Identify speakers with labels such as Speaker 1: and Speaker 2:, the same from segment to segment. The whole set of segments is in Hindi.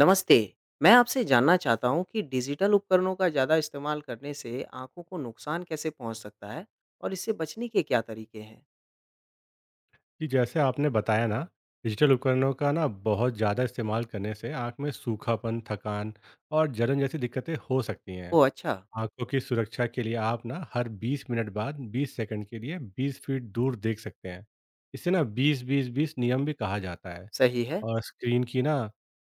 Speaker 1: नमस्ते। मैं आपसे जानना चाहता हूँ कि डिजिटल उपकरणों का ज़्यादा इस्तेमाल करने से आँखों को नुकसान कैसे पहुँच सकता है और इससे बचने के क्या तरीके हैं?
Speaker 2: जी, जैसे आपने बताया ना, डिजिटल उपकरणों का ना बहुत ज़्यादा इस्तेमाल करने से आँख में सूखापन, थकान और जलन जैसी दिक्कतें हो सकती हैं।
Speaker 1: ओह अच्छा,
Speaker 2: आँखों की सुरक्षा के लिए आप ना हर 20 मिनट बाद 20 सेकंड के लिए 20 फीट दूर देख सकते हैं। इसे ना 20-20-20 नियम भी कहा जाता है
Speaker 1: सही है,
Speaker 2: और स्क्रीन की ना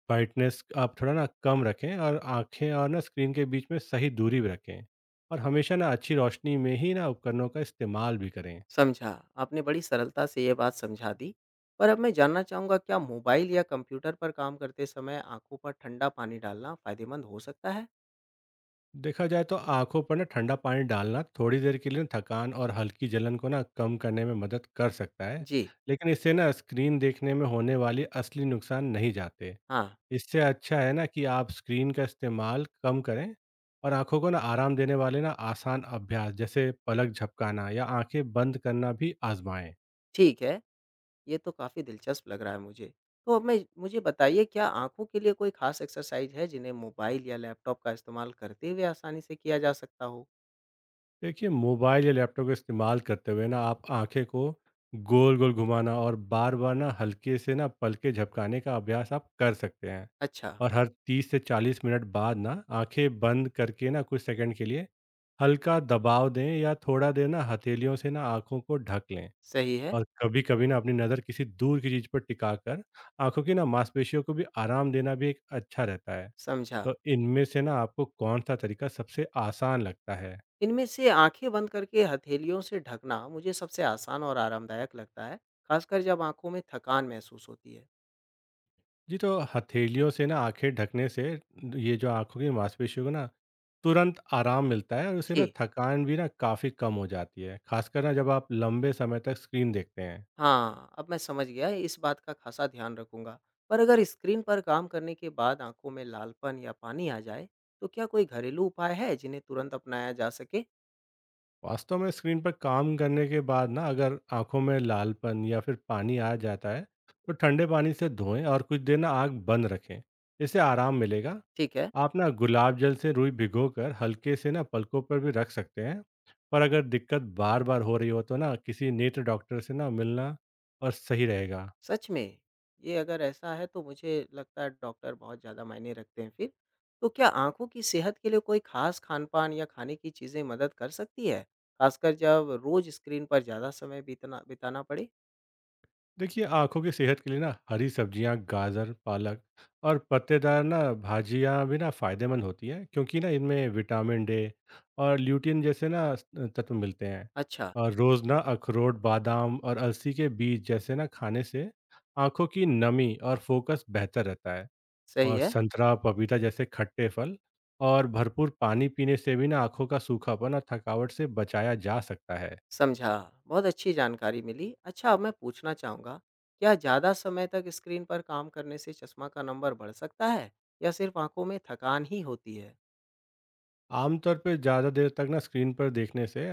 Speaker 2: ब्राइटनेस आप थोड़ा ना कम रखें और आँखें और ना स्क्रीन के बीच में सही दूरी भी रखें और हमेशा ना अच्छी रोशनी में ही ना उपकरणों का इस्तेमाल भी करें।
Speaker 1: समझा। आपने बड़ी सरलता से ये बात समझा दी। पर अब मैं जानना चाहूँगा क्या मोबाइल या कंप्यूटर पर काम करते समय आँखों पर ठंडा पानी डालना फ़ायदेमंद हो सकता है?
Speaker 2: देखा जाए तो आंखों पर ना ठंडा पानी डालना थोड़ी देर के लिए ना थकान और हल्की जलन को ना कम करने में मदद कर सकता है,
Speaker 1: जी,
Speaker 2: लेकिन इससे ना स्क्रीन देखने में होने वाले असली नुकसान नहीं जाते।
Speaker 1: हाँ,
Speaker 2: इससे अच्छा है ना कि आप स्क्रीन का इस्तेमाल कम करें और आंखों को ना आराम देने वाले ना आसान अभ्यास जैसे पलक झपकाना या आंखें बंद करना भी आजमाएं।
Speaker 1: ठीक है। ये तो काफ़ी दिलचस्प लग रहा है मुझे। तो अब मैं मुझे बताइए क्या आँखों के लिए कोई ख़ास एक्सरसाइज़ है जिन्हें मोबाइल या लैपटॉप का इस्तेमाल करते हुए आसानी से किया जा सकता हो?
Speaker 2: देखिए, मोबाइल या लैपटॉप का इस्तेमाल करते हुए ना आप आँखें को गोल-गोल घुमाना और बार-बार ना हल्के से ना पलकें झपकाने का अभ्यास आप कर सकते हैं।
Speaker 1: अच्छा,
Speaker 2: और हर 30 से 40 मिनट बाद ना आँखें बंद करके ना कुछ सेकंड के लिए हल्का दबाव दें या थोड़ा देर ना हथेलियों से ना आँखों को ढक लें।
Speaker 1: सही है,
Speaker 2: और कभी-कभी ना अपनी नज़र किसी दूर की चीज़ पर टिकाकर आँखों की ना मांसपेशियों को भी आराम देना भी एक अच्छा रहता है।
Speaker 1: समझा।
Speaker 2: तो इनमें से ना आपको कौन-सा तरीका सबसे आसान लगता है?
Speaker 1: इनमें से आँखें बंद करके हथेलियों से ढकना मुझे सबसे आसान और आरामदायक लगता है, ख़ासकर जब आँखों में थकान महसूस होती है।
Speaker 2: जी, तो हथेलियों से ना आँखें ढकने से ये जो आँखों की मांसपेशियों को ना तुरंत आराम मिलता है और उससे
Speaker 1: जी।
Speaker 2: ना थकान भी ना काफ़ी कम हो जाती है, खासकर ना जब आप लंबे समय तक स्क्रीन देखते हैं।
Speaker 1: हाँ, अब मैं समझ गया, इस बात का ख़ासा ध्यान रखूँगा। पर अगर स्क्रीन पर काम करने के बाद आँखों में लालपन या पानी आ जाए, तो क्या कोई घरेलू उपाय है जिन्हें तुरंत अपनाया जा सके?
Speaker 2: वास्तव में स्क्रीन पर काम करने के बाद ना अगर आँखों में लालपन या फिर पानी आ जाता है, तो ठंडे पानी से धोएं और कुछ देर ना आँख बंद रखें। इससे आराम मिलेगा।
Speaker 1: ठीक है,
Speaker 2: आप ना गुलाब जल से रुई भिगोकर हल्के से ना पलकों पर भी रख सकते हैं, पर अगर दिक्कत बार बार हो रही हो तो ना किसी नेत्र डॉक्टर से ना मिलना और सही रहेगा।
Speaker 1: सच में, ये अगर ऐसा है तो मुझे लगता है डॉक्टर बहुत ज़्यादा मायने रखते हैं फिर। तो क्या आँखों की सेहत के लिए कोई ख़ास खान-पान या खाने की चीज़ें मदद कर सकती है? ख़ासकर जब रोज़ स्क्रीन पर ज़्यादा समय बीतना बिताना पड़े?
Speaker 2: देखिए, आंखों की सेहत के लिए ना हरी सब्जियां, गाजर, पालक और पत्तेदार ना भाजियां भी ना फायदेमंद होती हैं क्योंकि ना इनमें विटामिन डे और ल्यूटिन जैसे ना तत्व मिलते हैं।
Speaker 1: अच्छा,
Speaker 2: और रोज ना अखरोट, बादाम और अलसी के बीज जैसे ना खाने से आंखों की नमी और फोकस बेहतर रहता है।
Speaker 1: सही
Speaker 2: और
Speaker 1: है।
Speaker 2: संतरा, पपीता जैसे खट्टे फल और भरपूर पानी पीने से भी ना आँखों का सूखापन और थकावट से बचाया जा सकता है।
Speaker 1: समझा, बहुत अच्छी जानकारी मिली। अच्छा अब मैं पूछना चाहूँगा, क्या ज़्यादा समय तक स्क्रीन पर काम करने से चश्मा का नंबर बढ़ सकता है या सिर्फ़ आँखों में थकान ही होती है?
Speaker 2: आमतौर पे ज़्यादा देर तक ना स्क्रीन पर देखने से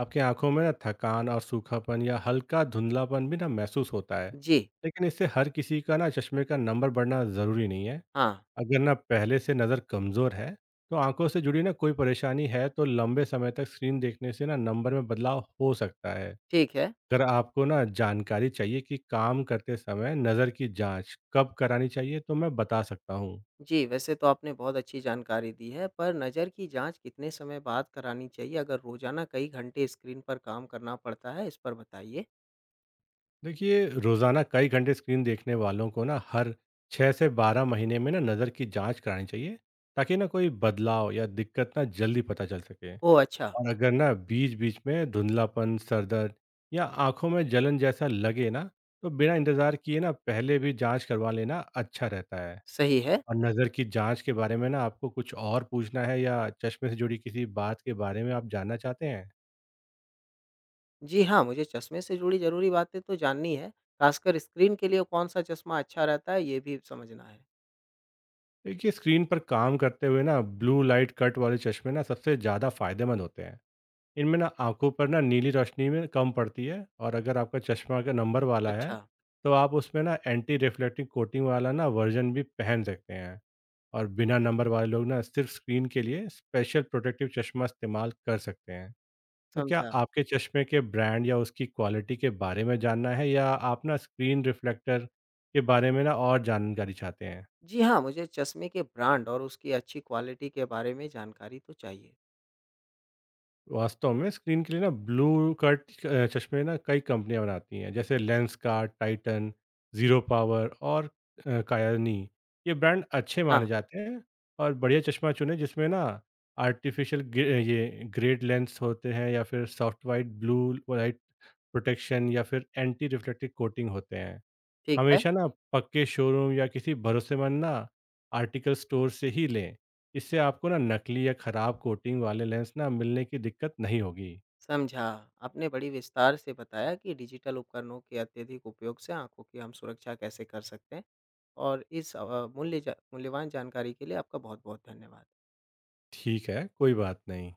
Speaker 2: आपकी आँखों में ना थकान और सूखापन या हल्का धुंधलापन भी ना महसूस होता है।
Speaker 1: जी,
Speaker 2: लेकिन इससे हर किसी का ना चश्मे का नंबर बढ़ना ज़रूरी नहीं है।
Speaker 1: हाँ,
Speaker 2: अगर ना पहले से नज़र कमज़ोर है, तो आँखों से जुड़ी ना कोई परेशानी है तो लंबे समय तक स्क्रीन देखने से ना नंबर में बदलाव हो सकता है।
Speaker 1: ठीक है।
Speaker 2: अगर आपको ना जानकारी चाहिए कि काम करते समय नज़र की जांच कब करानी चाहिए तो मैं बता सकता हूँ।
Speaker 1: जी, वैसे तो आपने बहुत अच्छी जानकारी दी है, पर नज़र की जाँच कितने समय बाद करानी चाहिए अगर रोज़ाना कई घंटे स्क्रीन पर काम करना पड़ता है, इस पर बताइए?
Speaker 2: देखिए, रोज़ाना कई घंटे स्क्रीन देखने वालों को ना हर 6 से 12 महीने में ना नज़र की जांच करानी चाहिए ताकि ना कोई बदलाव या दिक्कत ना जल्दी पता चल सके।
Speaker 1: ओह! अच्छा,
Speaker 2: और अगर ना बीच-बीच में धुंधलापन, सरदर्द या आंखों में जलन जैसा लगे ना तो बिना इंतज़ार किए ना पहले भी जांच करवा लेना अच्छा रहता है।
Speaker 1: सही है।
Speaker 2: और नज़र की जाँच के बारे में ना आपको कुछ और पूछना है या चश्मे से जुड़ी किसी बात के बारे में आप जानना चाहते हैं?
Speaker 1: जी हाँ, मुझे चश्मे से जुड़ी ज़रूरी बातें तो जाननी है, खासकर स्क्रीन के लिए कौन-सा चश्मा अच्छा रहता है, ये भी समझना है।
Speaker 2: देखिए, स्क्रीन पर काम करते हुए ना ब्लू लाइट कट वाले चश्मे ना सबसे ज़्यादा फ़ायदेमंद होते हैं। इनमें ना आँखों पर ना नीली रोशनी में कम पड़ती है और अगर आपका चश्मा का नंबर वाला है,
Speaker 1: अच्छा,
Speaker 2: तो आप उसमें ना एंटी रिफ्लेक्टिव कोटिंग वाला ना वर्ज़न भी पहन सकते हैं। और बिना नंबर वाले लोग ना सिर्फ़ स्क्रीन के लिए स्पेशल प्रोटेक्टिव चश्मा इस्तेमाल कर सकते हैं। तो क्या
Speaker 1: समझा।
Speaker 2: आपके चश्मे के ब्रांड या उसकी क्वालिटी के बारे में जानना है या आप ना स्क्रीन रिफ्लेक्टर के बारे में ना और जानकारी चाहते हैं?
Speaker 1: जी हाँ, मुझे चश्मे के ब्रांड और उसकी अच्छी क्वालिटी के बारे में जानकारी तो चाहिए।
Speaker 2: वास्तव में स्क्रीन के लिए ना ब्लू कट चश्मे ना कई कंपनियां बनाती हैं जैसे लेंसकार्ट, टाइटन, जीरो पावर और कायानी। ये ब्रांड अच्छे
Speaker 1: हाँ,
Speaker 2: माने जाते हैं और बढ़िया चश्मा चुने जिसमें ना आर्टिफिशियल ये ग्रेड लेंस होते हैं या फिर soft white blue light protection या फिर एंटी रिफ्लेक्टिव कोटिंग होते हैं।
Speaker 1: ठीक है,
Speaker 2: हमेशा ना पक्के शोरूम या किसी भरोसेमंद ना आर्टिकल स्टोर से ही लें। इससे आपको ना नकली या खराब कोटिंग वाले लेंस ना मिलने की दिक्कत नहीं होगी।
Speaker 1: समझा। आपने बड़ी विस्तार से बताया कि डिजिटल उपकरणों के अत्यधिक उपयोग से आँखों की हम सुरक्षा कैसे कर सकते हैं और इस मूल्यवान जानकारी के लिए आपका बहुत-बहुत धन्यवाद।
Speaker 2: ठीक है, कोई बात नहीं।